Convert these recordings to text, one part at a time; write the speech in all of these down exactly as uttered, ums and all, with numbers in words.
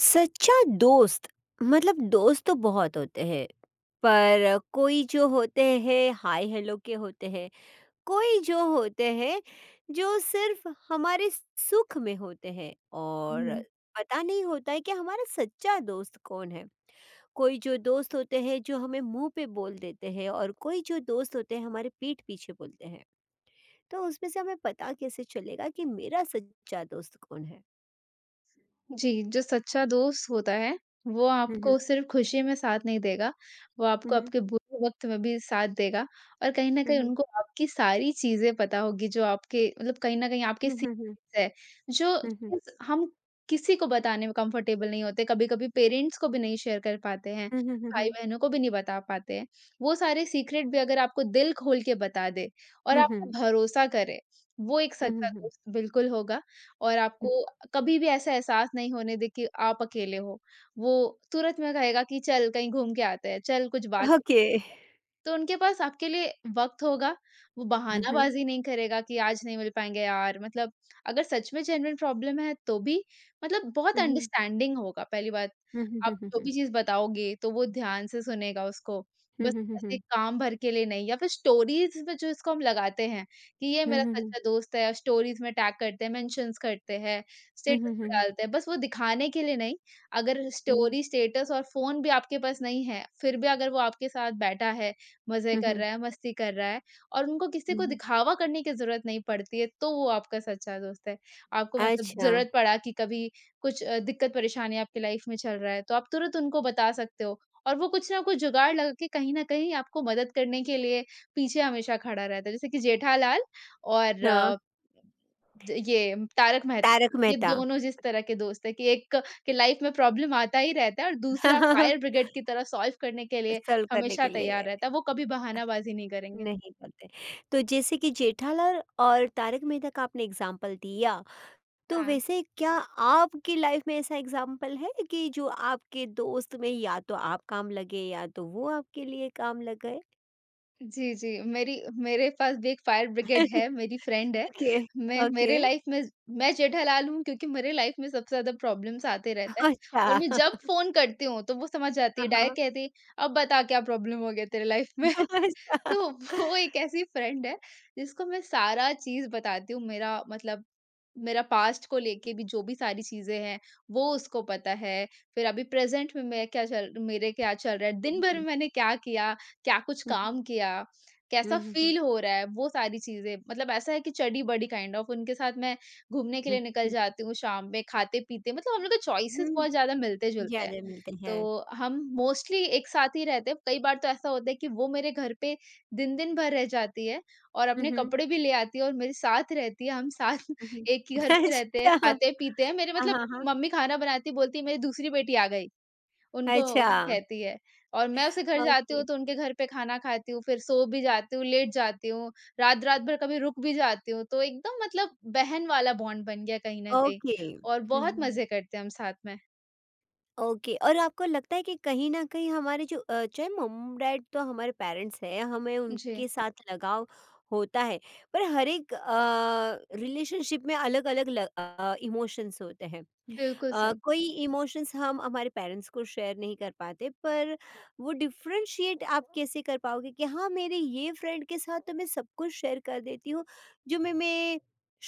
सच्चा दोस्त। मतलब दोस्त तो बहुत होते हैं, पर कोई जो होते हैं हाय हेलो के होते हैं, कोई जो होते हैं जो सिर्फ हमारे सुख में होते हैं, और हुँ। पता नहीं होता है कि हमारा सच्चा दोस्त कौन है। कोई जो दोस्त होते हैं जो हमें मुंह पे बोल देते हैं, और कोई जो दोस्त होते हैं हमारे पीठ पीछे बोलते हैं। तो उसमें से हमें पता कैसे चलेगा कि मेरा सच्चा दोस्त कौन है? जी, जो सच्चा दोस्त होता है, वो हम्म, आपको सिर्फ़ खुशी में साथ नहीं देगा, वो आपको हम्म, आपके बुरे वक़्त में भी साथ देगा। और कहीं न कहीं हम्म, उनको आपकी सारी चीज़ें पता होगी जो आपके मतलब कहीं न कहीं आपके हम्म, हम्म, हम्म, हम्म, सीक्रेट्स है, जो हम्म, हम्म। चीज़ हम किसी को बताने में कंफ़र्टेबल नहीं होते, कभी-कभी पेरेंट्स को भी नहीं शेयर कर पाते हैं, Hı hı, hı hı। भाई-बहनों को भी नहीं बता पाते हैं। वो सारे सीक्रेट भी अगर आपको दिल खोल के बता दे और Hı आप पे hı। भरोसा करे, वो एक Hı hı, सच्चा hı। दोस्त बिल्कुल होगा और Hı। आपको कभी भी ऐसा एहसास नहीं होने दे कि आप अकेले हो। वो तुरंत में कहेगा कि चल कहीं घूम के आते हैं, चल कुछ बात। Okay। तो उनके पास आपके लिए वक़्त होगा, वो हुँ। Hı hı। बहानाबाज़ी नहीं करेगा कि आज नहीं मिल पाएँगे यार, मतलब अगर सच में जेन्युइन प्रॉब्लम है तो भी मतलब बहुत Hı hı। अंडरस्टैंडिंग होगा पहली बात। Hı hı, आप hı hı, जो hı। भी चीज़ बताओगे तो वो ध्यान से सुनेगा उसको, Hı बस hı, hı ऐसे hı। काम भर के लिए नहीं या फिर स्टोरीज़ में जो इसको हम लगाते हैं कि ये हुँ। Hı मेरा hı, hı। सच्चा दोस्त है, स्टोरीज़ में टैग करते हैं, मेंशन्स करते हैं, Hı hı, स्टेटस पे hı। डालते हैं, बस वो दिखाने के लिए नहीं। अगर Hı hı। स्टोरी, स्टेटस और फ़ोन भी आपके पास नहीं है, फिर भी अगर वो आपके साथ बैठा है, मज़े Hı कर hı। रहा है, मस्ती कर रहा है और उनको किसी Hı को hı। दिखावा करने की ज़रूरत नहीं पड़ती है, तो वो आपका सच्चा दोस्त है। आपको मतलब अच्छा। ज़रूरत पड़ा कि कभी कुछ अ, दिक्कत-परेशानी आपकी लाइफ़ में चल रहा है, तो आप तुरंत उनको बता सकते हो और वो कुछ ना कुछ जुगाड़ लगा के कहीं न कहीं आपको मदद करने के लिए पीछे हमेशा खड़ा रहता है। जैसे कि जेठालाल और हाँ। अ, ज ये तारक मेहता, तारक ये मेहता। दोनों जिस तरह के दोस्त हैं कि एक के लाइफ़ में प्रॉब्लम आता ही रहता है और दूसरा फायर ब्रिगेड की तरह सॉल्व करने के लिए सॉल्व करने हमेशा के तैयार लिए। रहता है, वो कभी बहानाबाज़ी नहीं करेंगे। नहीं करते। तो जैसे कि जेठालाल और तारक मेहता का आपने एग्ज़ाम्पल दिया, तो हाँ। वैसे क्या आपकी लाइफ में ऐसा एग्ज़ाम्पल है कि जो आपके दोस्त में या तो आप काम लगे या तो वो आपके लिए काम लग गए? जी, जी। मेरी मेरे पास भी एक फायर ब्रिगेड है, मेरी फ्रेंड है। ओके। मैं ओके। मेरे लाइफ़ में मैं जेठालाल हूँ क्योंकि मेरे लाइफ़ में सबसे ज़्यादा प्रॉब्लम्स आते रहता है अच्छा। और मैं जब फ़ोन करती हूँ तो वो समझ जाती हाँ, है, डायरेक्ट हाँ। कहती है, "अब बता क्या प्रॉब्लम हो गया तेरे लाइफ़ में?" अच्छा। तो वो एक ऐसी फ्रेंड है जिसको मैं सारा चीज़ बताती हूँ, मेरा मतलब मेरा पास्ट को लेके भी जो भी सारी चीज़ें हैं, वो उसको पता है। फिर अभी प्रेज़ेंट में मैं क्या चल मेरे क्या चल रहा है, दिन हुँ, भर हुँ, में मैंने क्या किया, क्या कुछ हुँ। काम किया, हुँ, कैसा हुँ। हुँ, हुँ, हुँ। फ़ील हो रहा है, वो सारी चीज़ें। मतलब ऐसा है कि चटी-बटी काइंड ऑफ़ उनके साथ मैं घूमने के हुँ, लिए निकल हुँ। जाती हूँ शाम में, खाते-पीते मतलब हम लोग के चॉइसेस हुँ, बहुत ज़्यादा मिलते-जुलते हैं। ज़्यादा मिलते तो हैं। हम मोस्टली एक साथ ही रहते हैं। कई बार तो ऐसा होता है कि वो मेरे घर पे दिन-दिन भर रह जाती है और हुँ, अपने हुँ। कपड़े भी ले आती है और मेरे साथ रहती है। हम साथ हुँ, हुँ। एक ही घर पे रहते हैं, अच्छा। खाते-पीते हैं। मेरे हाँ, मतलब हाँ, हाँ। मम्मी खाना बनाती बोलती है मेरी दूसरी बेटी आ गई, उनको अच्छा। उसको कहती है। और मैं उसके घर जाती हूँ ओके। तो उनके घर पे खाना खाती हूँ, फिर सो भी जाती हूँ, लेट जाती हूँ, रात-रात भर कभी रुक भी जाती हूँ। तो एकदम मतलब बहन वाला बॉन्ड बन गया कहीं न कहीं ओके। और हुँ, बहुत हुँ। मज़े करते हैं हम साथ में। ओके। और आपको लगता है कि कहीं न कहीं हमारे जो, अ, चाहे मॉम-डैड तो हमारे पेरेंट्स हैं, हमें उनके जी, साथ लगाव होता है, पर हर एक अ, रिलेशनशिप में अलग-अलग ल अ, इमोशंस होते हैं। बिल्कुल अ, सही। कोई इमोशंस हम हमारे पेरेंट्स को शेयर नहीं कर पाते, पर वो डिफ्रेंशिएट आप कैसे कर पाओगे कि हाँ मेरे ये फ्रेंड के साथ तो मैं सब कुछ शेयर कर देती हूँ, जो मैं मैं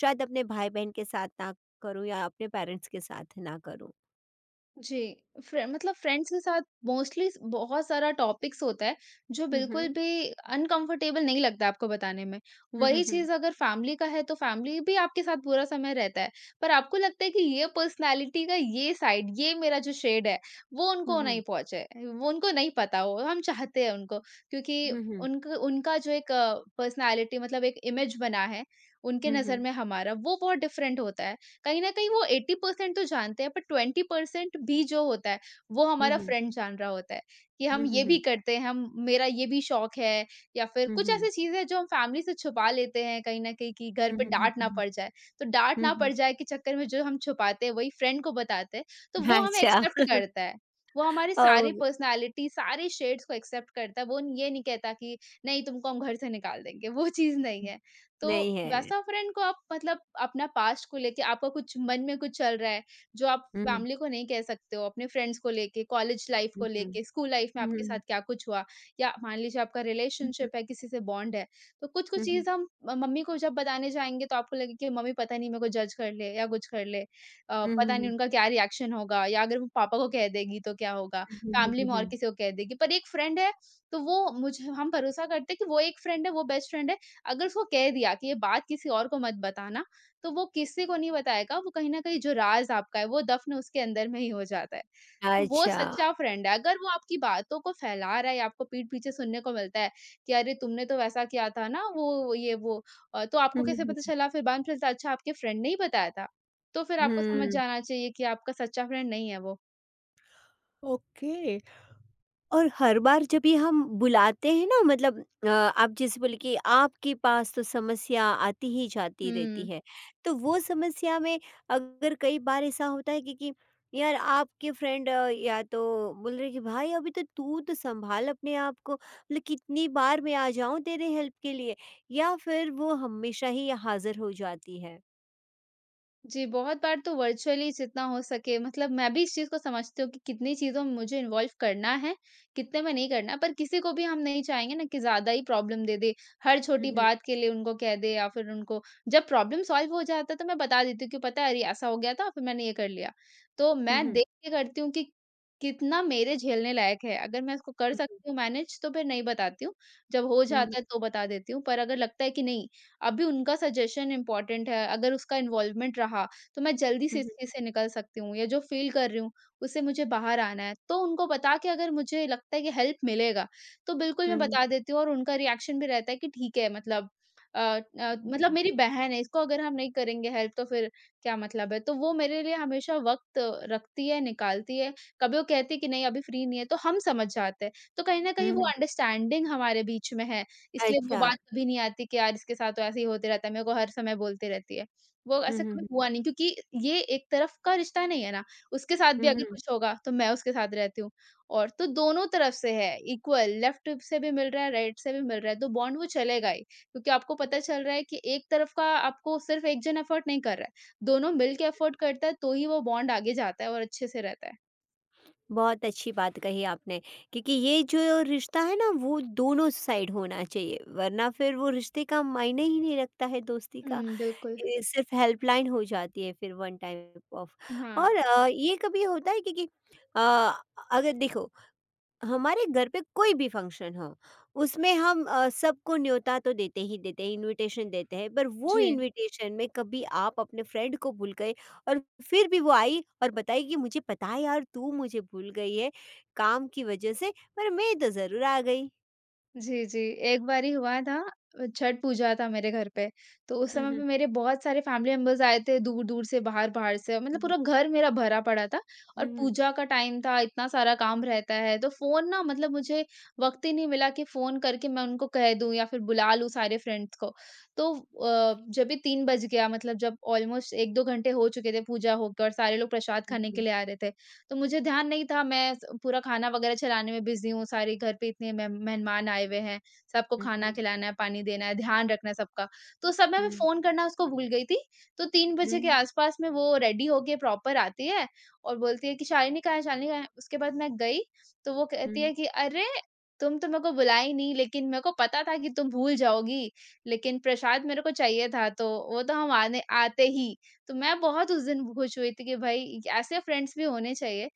शायद अपने भाई बहन के साथ ना करूँ या अपने पेरेंट्स के साथ ना करूँ। जी, फ्रे मतलब फ्रेंड्स के साथ मोस्टली बहुत सारा टॉपिक्स होता है, जो हम्म, बिल्कुल हम्म, भी अनकंफर्टेबल नहीं लगता आपको बताने में। वही हम्म, चीज़ अगर फैमिली का है, तो फैमिली भी आपके साथ पूरा समय रहता है, पर आपको लगता है कि ये पर्सनैलिटी का ये साइड, ये मेरा जो शेड है, वो उनको नहीं हम्म, पहुँचा है, वो उनको नहीं पता, वो हम चाहते हैं उनको। क्योंकि हम्म, हम्म, उनक उनका जो एक पर्सनैलिटी मतलब एक इमेज बना है, उनके नज़र में हमारा, वो बहुत डिफरेंट होता है। कहीं ना कहीं वो एटी परसेंट तो जानते हैं पर ट्वेंटी परसेंट भी जो होता है वो हमारा हम्म, फ्रेंड जान रहा होता है कि हम ये भी करते हैं, हम मेरा ये भी शौक है। या फिर कुछ हम्म, ऐसी चीजें हैं जो हम फैमिली से छुपा लेते हैं कहीं ना कहीं कि घर पे हम्म, डांट ना पड़ जाए, तो डांट ना हम्म। पड़ जाए के चक्कर में जो हम छुपाते हैं वही फ्रेंड को बताते हैं। तो वो हमें अच्छा। एक्सेप्ट करता है, वो हमारे सारे ओ। पर्सनालिटी सारे शेड्स को एक्सेप्ट करता है। वो ये नहीं कहता कि नहीं तुमको हम घर से निकाल देंगे, वो चीज नहीं है। तो नहीं है। वैसा फ्रेंड को आप मतलब अपना पास्ट को लेके आपका कुछ मन में कुछ चल रहा है, जो आप हम्म, फैमिली को नहीं कह सकते हो, अपने फ्रेंड्स को लेके, कॉलेज लाइफ को हम्म, लेके, स्कूल लाइफ में हम्म, आपके साथ हम्म, क्या कुछ हुआ, या मान लीजिए आपका हम्म, रिलेशनशिप है, किसी से बॉन्ड है। तो कुछ-कुछ हम्म, चीज़ हम म मम्मी को जब बताने जाएँगे तो आपको लगेगा कि मम्मी पता नहीं मेरे को जज कर ले या कुछ कर ले। अ, पता नहीं हम्म, उनका क्या रिएक्शन होगा या अगर वो पापा को कह देगी तो क्या होगा, फैमिली में और हम्म। किसी को कह देगी। पर एक फ्रेंड है, तो वो मुझे हम भरोसा करते हैं कि वो एक फ्रेंड है, वो बेस्ट फ्रेंड है, अगर उसको कह दिया कि ये बात किसी और को मत बताना, तो वो किसी को नहीं बताएगा, वो कहीं न कहीं जो राज़ आपका है, वो दफ़न उसके अंदर में ही हो जाता है। तो वो अच्छा। सच्चा फ्रेंड है। अगर वो आपकी बातों को फैला रहा है या आपको पीठ पीछे सुनने को मिलता है कि अरे, तुमने तो वैसा किया था ना, वो ये वो अ, तो आपको हुँ, कैसे पता हुँ, चला? फिर बाद में पता चलता अच्छा आपके फ्रेंड ने ही बताया था, तो फिर हुँ, आपको समझ हुँ। जाना चाहिए कि आपका सच्चा फ्रेंड नहीं है वो। और हर बार जब ये हम बुलाते हैं ना, मतलब अ, आप जैसे बोले कि आपके पास तो समस्या आती ही जाती रहती हुँ। है। तो वो समस्या में, अगर कई बार ऐसा होता है कि कि यार आपके फ्रेंड या तो बोल रहे हैं कि भाई अभी तो तू तो सँभाल अपने आप को, मतलब कितनी बार मैं आ जाऊँ तेरे हेल्प के लिए? या फिर वो हमेशा ही हाज़िर हो जाती है? जी, बहुत बार तो वर्चुअली जितना हो सके मतलब मैं भी इस चीज़ को समझती हूँ कि कितनी चीज़ों में मुझे इन्वॉल्व करना है, कितने में नहीं करना। पर किसी को भी हम नहीं चाहेंगे ना कि ज़्यादा ही प्रॉब्लम दे दे, हर हुँ, छोटी हुँ। बात के लिए उनको कह दे या फिर उनको। जब प्रॉब्लम सॉल्व हो जाता है तो मैं बता देती हूँ कि पता है अरे ऐसा हो गया था फिर मैंने ये कर लिया। तो हुँ, मैं हुँ। देख के करती हूँ कि कितना मेरे झेलने लायक है, अगर मैं इसको कर सकती हूँ मैनेज तो फिर नहीं बताती हूँ, जब हो हुँ, हुँ। जाता है तो बता देती हूँ। पर अगर लगता है कि नहीं अभी उनका सजेशन इम्पोर्टेंट है, अगर उसका इन्वॉल्वमेंट रहा, तो मैं जल्दी से हुँ, इस हुँ। चीज़ से निकल सकती हूँ या जो फ़ील कर रही हूँ, उससे मुझे बाहर आना है। तो उनको बता के अगर मुझे लगता है कि हेल्प मिलेगा, तो बिल्कुल हुँ, मैं हुँ। बता देती हूँ और उनका रिएक्शन भी रहता है कि ठीक है, मतलब अ अ, हुँ, मतलब हुँ। मेरी बहन है, इसको अगर हम नहीं करेंगे हेल्प तो फिर क्या मतलब है? तो वो मेरे लिए हमेशा वक़्त रखती है, निकालती है। कभी वो कहती है कि नहीं अभी फ्री नहीं है, तो हम समझ जाते हैं। तो कहीं न कहीं हुँ, वो हुँ। अंडरस्टैंडिंग हमारे बीच में है। इसलिए वो अच्छा। बात कभी नहीं आती कि यार इसके साथ तो ऐसे ही होते रहता है, मेरे को हर समय बोलती रहती है। वो हुँ, ऐसा हुँ, कभी हुँ। हुआ नहीं क्योंकि ये एक तरफ का रिश्ता नहीं है ना, उसके साथ भी हुँ, अगर हुँ। कुछ होगा तो मैं उसके साथ रहती हूँ और तो दोनों तरफ से है, इक्वल लेफ्ट से भी मिल रहा है, राइट से भी मिल रहा है, तो बॉन्ड वो चलेगा ही। क्योंकि आपको पता चल रहा है कि एक तरफ का आपको सिर्फ़ एक जन एफ़र्ट नहीं कर रहा है, दोनों मिल के एफ़र्ट करता है तो ही वो बॉन्ड आगे जाता है और अच्छे से रहता है। बहुत अच्छी बात कही आपने, क्योंकि ये जो रिश्ता है ना वो दोनों साइड होना चाहिए, वरना फिर वो रिश्ते का मायने ही नहीं रखता है दोस्ती का। हुँ, बिल्कुल। ये सिर्फ हेल्पलाइन हो जाती है फिर, वन टाइम ऑफ। और हाँ, अ, ये कभी होता है, क्योंकि अ, अगर देखो हमारे घर पे कोई भी फंक्शन हो, उसमें हम अ, सबको न्योता तो देते ही देते हैं, इनविटेशन देते हैं, पर वो जी। इनविटेशन में कभी आप अपने फ्रेंड को भूल गए, और फिर भी वो आई और बताई कि मुझे पता है यार तू मुझे भूल गई है काम की वजह से, पर मैं तो ज़रूर आ गई। जी, जी। एक बारी हुआ था, अ, छठ पूजा था मेरे घर पे, तो उस हुँ, समय पे हुँ, मेरे बहुत सारे फैमिली मेंबर्स आए थे दूर-दूर से, बाहर-बाहर से, मतलब हुँ, हुँ, पूरा घर मेरा भरा पड़ा था और हुँ, पूजा का टाइम था, इतना सारा काम रहता है, तो फ़ोन ना मतलब मुझे वक़्त ही नहीं मिला कि फ़ोन करके मैं उनको कह दूँ या फिर बुला लूँ सारे फ्रेंड्स को। तो अ, जब भी तीन बज गया मतलब जब ऑलमोस्ट एक दो घंटे हो चुके थे पूजा होकर, सारे लोग प्रसाद खाने के हुँ, लिए आ रहे थे। तो मुझे ध्यान नहीं था, मैं स पूरा खाना वगैरह चलाने में बिज़ी हूँ, सारे घर पे इतने मेह मेहमान आए हुए हैं, सबको खाना हुँ, खिलाना है, पानी देना है, ध्यान रखना है सबका। तो उस समय मैं हुँ, फ़ोन करना उसको भूल गई थी, तो तीन बजे के हुँ, आस-पास में वो रेडी होके प्रॉपर आती है और बोलती है कि "शालिनी कहाँ है? शालिनी कहाँ है?" उसके बाद मैं गई। तो वो कहती हुँ। है कि "अरे! तुम तो मेरे को बुलाया ही नहीं, लेकिन मेरे को पता था कि तुम भूल जाओगी, लेकिन प्रसाद मेरे को चाहिए था, तो वो तो हम आने आते ही।" तो मैं बहुत उस दिन खुश हुई थी कि भाई ऐसे फ्रेंड्स भी होने चाहिए,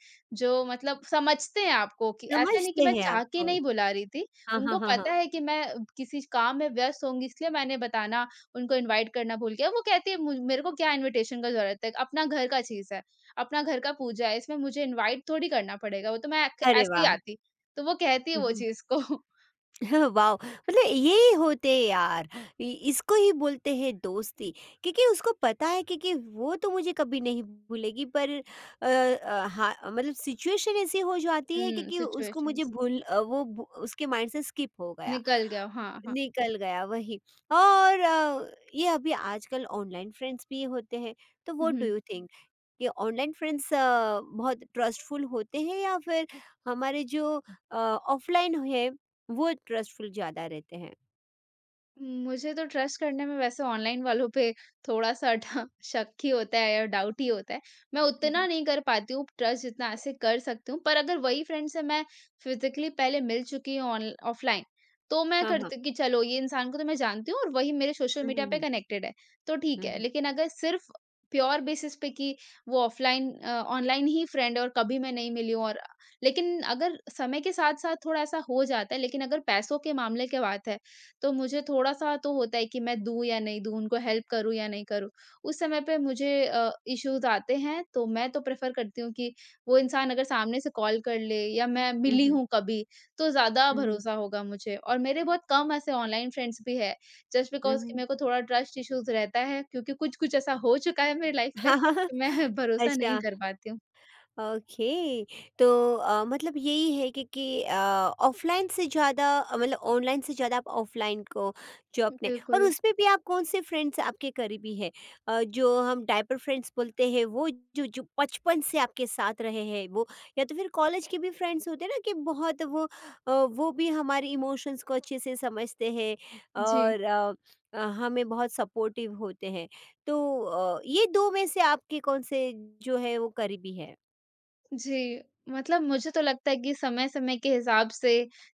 जो मतलब समझते हैं आपको, कि ऐसा नहीं कि समझते मैं हैं चाह के आपको। नहीं बुला रही थी। हाँ, उनको हाँ, हाँ, पता हाँ। है कि मैं किसी काम में व्यस्त होंगी, इसलिए मैंने बताना उनको इनवाइट करना भूल गया। वो कहती है, मुझ मेरे को क्या इनविटेशन का ज़रूरत है? अपना घर का चीज़ है, अपना घर का पूजा है, इसमें मुझे इनवाइट थोड़ी करना पड़ेगा, वो तो मैं ख अरे ऐसे ही वाह! आती। तो वो कहती है वो चीज़ को। वाओ! मतलब यही होते हैं यार, इ इसको ही बोलते हैं दोस्ती। क्योंकि उसको पता है, क्योंकि वो तो मुझे कभी नहीं भूलेगी, पर अ अ, हाँ मतलब सिचुएशन ऐसी हो जाती है, हुँ, क्योंकि उसको मुझे सिचुएशंस भूल अ, वो भू उसके माइंड से स्किप हो गया, निकल गया। हाँ, हाँ। निकल गया वही। और अ, ये अभी आजकल ऑनलाइन फ्रेंड्स भी होते हैं, तो what do hmm. You think? ये ऑनलाइन फ्रेंड्स अ, बहुत ट्रस्टफुल होते हैं या फिर हमारे जो ऑफलाइन है वो ट्रस्टफुल ज़्यादा रहते हैं? मुझे तो ट्रस्ट करने में वैसे ऑनलाइन वालों पे थोड़ा-सा डा शक ही होता है या डाउट ही होता है। मैं हुँ, उतना हुँ। नहीं कर पाती हूँ ट्रस्ट, जितना ऐसे कर सकती हूँ। पर अगर वही फ्रेंड से मैं फिज़िकली पहले मिल चुकी हूँ ऑन ऑफ़लाइन, तो मैं हाँ, हाँ। करती हूँ कि चलो ये इंसान को तो मैं जानती हूँ, और वही मेरे सोशल हुँ, मीडिया हुँ, पे हुँ। कनेक्टेड है, तो ठीक हुँ, है। हुँ। लेकिन अगर सिर्फ़ प्योर बेसिस पे कि वो ऑफ़लाइन अ, ऑनलाइन ही फ्रेंड है और कभी मैं नहीं मिली हूँ, और लेकिन अगर समय के साथ-साथ थोड़ा ऐसा हो जाता है, लेकिन अगर पैसों के मामले की बात है, तो मुझे थोड़ा-सा तो होता है कि मैं दूँ या नहीं दूँ, उनको हेल्प करूँ या नहीं करूँ। उस समय पे मुझे अ, इश्यूज़ आते हैं, तो मैं तो प्रेफ़र करती हूँ कि वो इंसान अगर सामने से कॉल कर ले या मैं हुँ, मिली हुँ। हूँ कभी, तो ज़्यादा हुँ, भरोसा होगा मुझे। और मेरे बहुत कम ऐसे ऑनलाइन फ्रेंड्स भी हैं, जस्ट बिकॉज़ कि हुँ। मेरे को थोड़ा ट्रस्ट इश्यूज़ रहता है, क्योंकि कुछ-कुछ ऐसा हो चुका है मेरी लाइफ़ में, हाँ, हाँ। कि मैं भरोसा नहीं अच्छा। कर पाती हूँ। ओके। तो अ, मतलब यही है कि कि अ, ऑफ़लाइन से ज़्यादा, अ, मतलब ऑनलाइन से ज़्यादा आप ऑफ़लाइन को जो अपने, और बिल्कुल। उसमें भी आप कौन से फ्रेंड्स आपके करीबी हैं, अ, जो हम डायपर फ्रेंड्स बोलते हैं वो, जो जो बचपन से आपके साथ रहे हैं वो, या तो फिर कॉलेज के भी फ्रेंड्स होते हैं ना कि बहुत वो, अ, वो भी हमारे इमोशंस को अच्छे से समझते हैं, जी। और अ, अ, हमें बहुत सपोर्टिव होते हैं, तो अ, ये दो में से आपके कौन से जो है वो करीबी है? जी, मतलब मुझे तो लगता है कि समय-समय के हिसाब से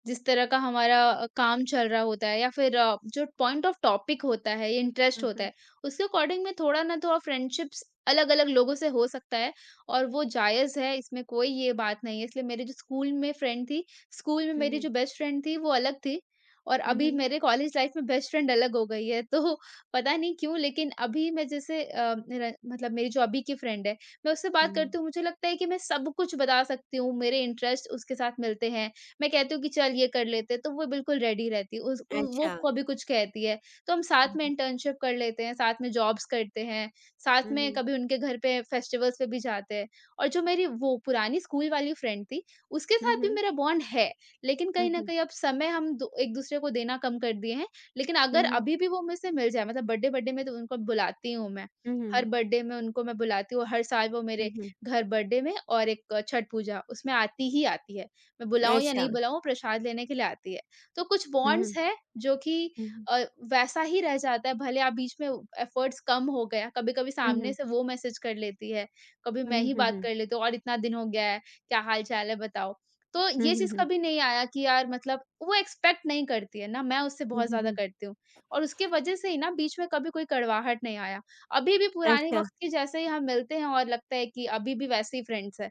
जिस तरह का हमारा अ, काम चल रहा होता है, या फिर अ, जो पॉइंट ऑफ टॉपिक होता है, इंटरेस्ट हुँ, होता हुँ। है, उसके अकॉर्डिंग में थोड़ा ना थोड़ा फ्रेंडशिप्स अलग-अलग लोगों से हो सकता है, और वो जायज़ है, इसमें कोई ये बात नहीं है। इसलिए मेरे जो स्कूल में फ्रेंड थी, स्कूल में हुँ, मेरी हुँ। जो बेस्ट फ्रेंड थी, वो अलग थी, और हुँ, अभी हुँ। मेरे कॉलेज लाइफ में बेस्ट फ्रेंड अलग हो गई है। तो पता नहीं क्यों, लेकिन अभी मैं जैसे अ, मेरा मतलब मेरी जो अभी की फ्रेंड है, मैं उससे हुँ। बात हुँ, करती हूँ, मुझे लगता है कि मैं सब कुछ बता सकती हूँ, मेरे इंटरेस्ट उसके साथ मिलते हैं। मैं कहती हूँ कि चल ये कर लेते हैं, तो वो बिल्कुल रेडी रहती है। उस उ वो अच्छा। कभी कुछ कहती है, तो हम साथ हुँ, में हुँ। इंटर्नशिप कर लेते हैं, साथ में जॉब्स करते हैं, साथ हुँ, में हुँ, कभी उनके घर पे फेस्टिवल्स पे भी जाते हैं। और जो मेरी वो पुरानी स्कूल वाली फ्रेंड थी, उसके हुँ। साथ भी हुँ, मेरा बॉन्ड है, लेकिन हुँ। कहीं न हुँ, कहीं अब समय हम दो एक-दूसरे को देना कम कर दिए हैं। लेकिन हुँ। अगर हुँ, अभी भी वो मुझसे मिल जाए, मतलब बर्थडे-वर्थडे में तो उनको बुलाती हूँ मैं। हुँ। हर हुँ, बर्थडे में उनको मैं बुलाती हूँ, हर साल वो मेरे हुँ, हुँ। घर बर्थडे में, और एक अ, छठ पूजा उसमें आती ही आती है। मैं बुलाऊँ या अच्छा। नहीं बुलाऊँ, प्रसाद लेने के लिए आती है। तो कुछ हुँ, बॉन्ड्स हुँ। हैं जो कि हुँ, हुँ। अ, वैसा ही रह जाता है, भले आप बीच में एफर्ट्स कम हो गया, कभी-कभी हुँ, सामने हुँ। से वो मैसेज कर लेती है, कभी हुँ, मैं हुँ, ही हुँ, बात हुँ। कर लेती हूँ और इतना दिन हो गया है, क्या हाल-चाल है बताओ? तो हुँ, ये हुँ, चीज़ हुँ। कभी नहीं आया कि यार, मतलब वो एक्सपेक्ट नहीं करती है ना, मैं उससे हुँ, बहुत हुँ, ज़्यादा हुँ। करती हूँ, और उसके वजह से ही ना बीच में कभी कोई कड़वाहट नहीं आया। अभी भी पुराने अच्छा, वक़्त के जैसे ही हम मिलते हैं, और लगता है कि अभी भी वैसे ही फ्रेंड्स हैं।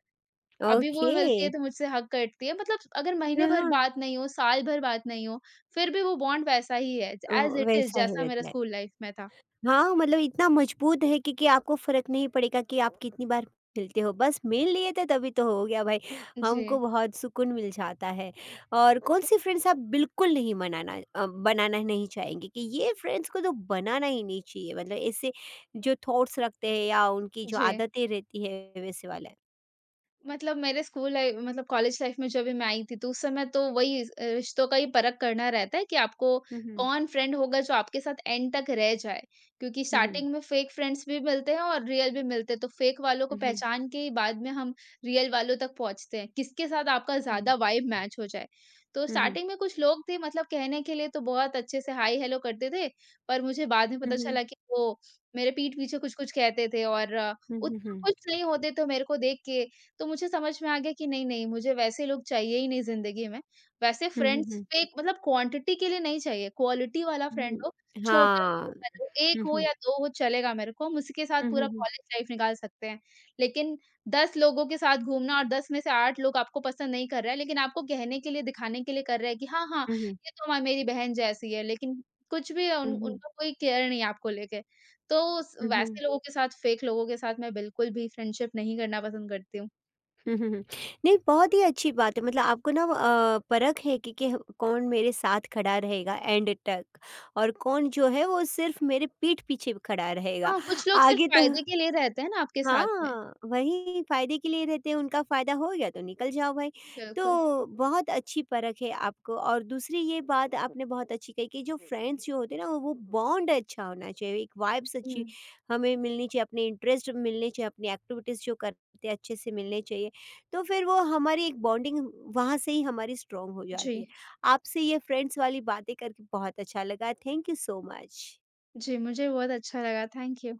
अभी वो ओके। मिलती है तो मुझसे हग करती है, मतलब अगर महीने हाँ, भर हाँ। बात नहीं हो, साल भर बात नहीं हो, फिर भी वो बॉन्ड वैसा ही है, ओ। एज़ इट इज़, वैसा ही जैसा मेरा रहता है। स्कूल लाइफ में था। हाँ, मतलब इतना मजबूत है कि, कि आपको फ़र्क नहीं पड़ेगा कि आप कितनी बार मिलते हो, बस मिल लिए थे तभी तो हो गया भाई, जी, हमको बहुत सुकून मिल जाता है। और कौन-सी फ्रेंड्स आप बिल्कुल नहीं मनाना अ, बनाना नहीं चाहेंगे कि ये फ्रेंड्स को तो बनाना ही नहीं चाहिए, मतलब ऐसे जो थॉट्स रखते हैं या उनकी जो जी। आदतें रहती है वैसे वाला? मतलब मेरे स्कूल लाइफ, मतलब कॉलेज लाइफ में जब भी मैं आई थी, तो उस समय तो वही अ, रिश्तों का ही परख करना रहता है कि आपको हुँ, हुँ। कौन फ्रेंड होगा जो आपके साथ एंड तक रह जाए, क्योंकि हुँ, हुँ। स्टार्टिंग में फेक फ्रेंड्स भी मिलते हैं और रियल भी मिलते हैं, तो फेक वालों को हुँ, हुँ। पहचान के ही बाद में हम रियल वालों तक पहुंचते हैं, किसके साथ आपका ज्यादा हुँ। वाइब मैच हो जाए। तो हुँ, हुँ। स्टार्टिंग में कुछ लोग थे, मतलब कहने के लिए तो बहुत अच्छे से हाय हेलो करते थे, पर मुझे बाद में हुँ, पता हुँ। चला कि वो मेरे पीठ पीछे कुछ कुछ कहते थे, और अ, हुँ, हुँ, उतना हुँ। कुछ नहीं होते तो मेरे को देख के। तो मुझे समझ में आ गया कि नहीं-नहीं, मुझे वैसे लोग चाहिए ही नहीं ज़िंदगी में। वैसे हुँ, हुँ, फ्रेंड्स हुँ। फेक, मतलब क्वांटिटी के लिए नहीं चाहिए, क्वालिटी वाला फ्रेंड हुँ। हो, छोटा हाँ। सा हो, एक हुँ, हो हुँ। या दो हो, चलेगा मेरे को, हम उसी के साथ हुँ, पूरा हुँ, हुँ। कॉलेज लाइफ निकाल सकते हैं। लेकिन दस लोगों के साथ घूमना, और दस में से आठ लोग आपको पसंद नहीं कर रहे हैं, लेकिन आपको कहने के लिए, दिखाने के लिए कर रहे हैं कि हाँ, हाँ, हुँ, हुँ। ये तो हमा मेरी बहन जैसी है, लेकिन कुछ भी हुँ, उन हुँ। उनका कोई केयर नहीं है आपको लेके। तो स हुँ, हुँ। वैसे लोगों के साथ, फेक लोगों के साथ मैं बिल्कुल भी फ्रेंडशिप नहीं करना पसंद करती हूँ। हुँ, हुँ, हुँ। नहीं, बहुत ही अच्छी बात है, मतलब आपको ना अ, परख है कि कि ह कौन मेरे साथ खड़ा रहेगा एंड तक, और कौन जो है वो सिर्फ़ मेरे पीठ पीछे खड़ा रहेगा। हाँ, कुछ लोग सिर्फ़ आगे तो, फ़ायदे के लिए रहते हैं ना आपके साथ में। हाँ, वही फ़ायदे के लिए रहते हैं, उनका फ़ायदा हो गया तो निकल जाओ भाई। बिल्कुल। तो बहुत अच्छी परख है आपको, और दूसरी ये बात आपने बहुत अच्छी कही कि जो फ्रेंड्स जो होते हैं ना, वो बॉन्ड अच्छा होना चाहिए, एक वाइब्स हुँ, अच्छी हमें मिलनी चाहिए, अपने इंटरेस्ट मिलने चाहिए, अपनी एक्टिविटीज़ जो करते हैं अच्छे से मिलने चाहिए। तो फिर वो हमारी एक बॉन्डिंग वहाँ से ही हमारी स्ट्रॉन्ग हो जाती है। जी। आपसे ये फ्रेंड्स वाली बातें करके बहुत अच्छा लगा। Thank you so much. जी, मुझे बहुत अच्छा लगा, थैंक यू।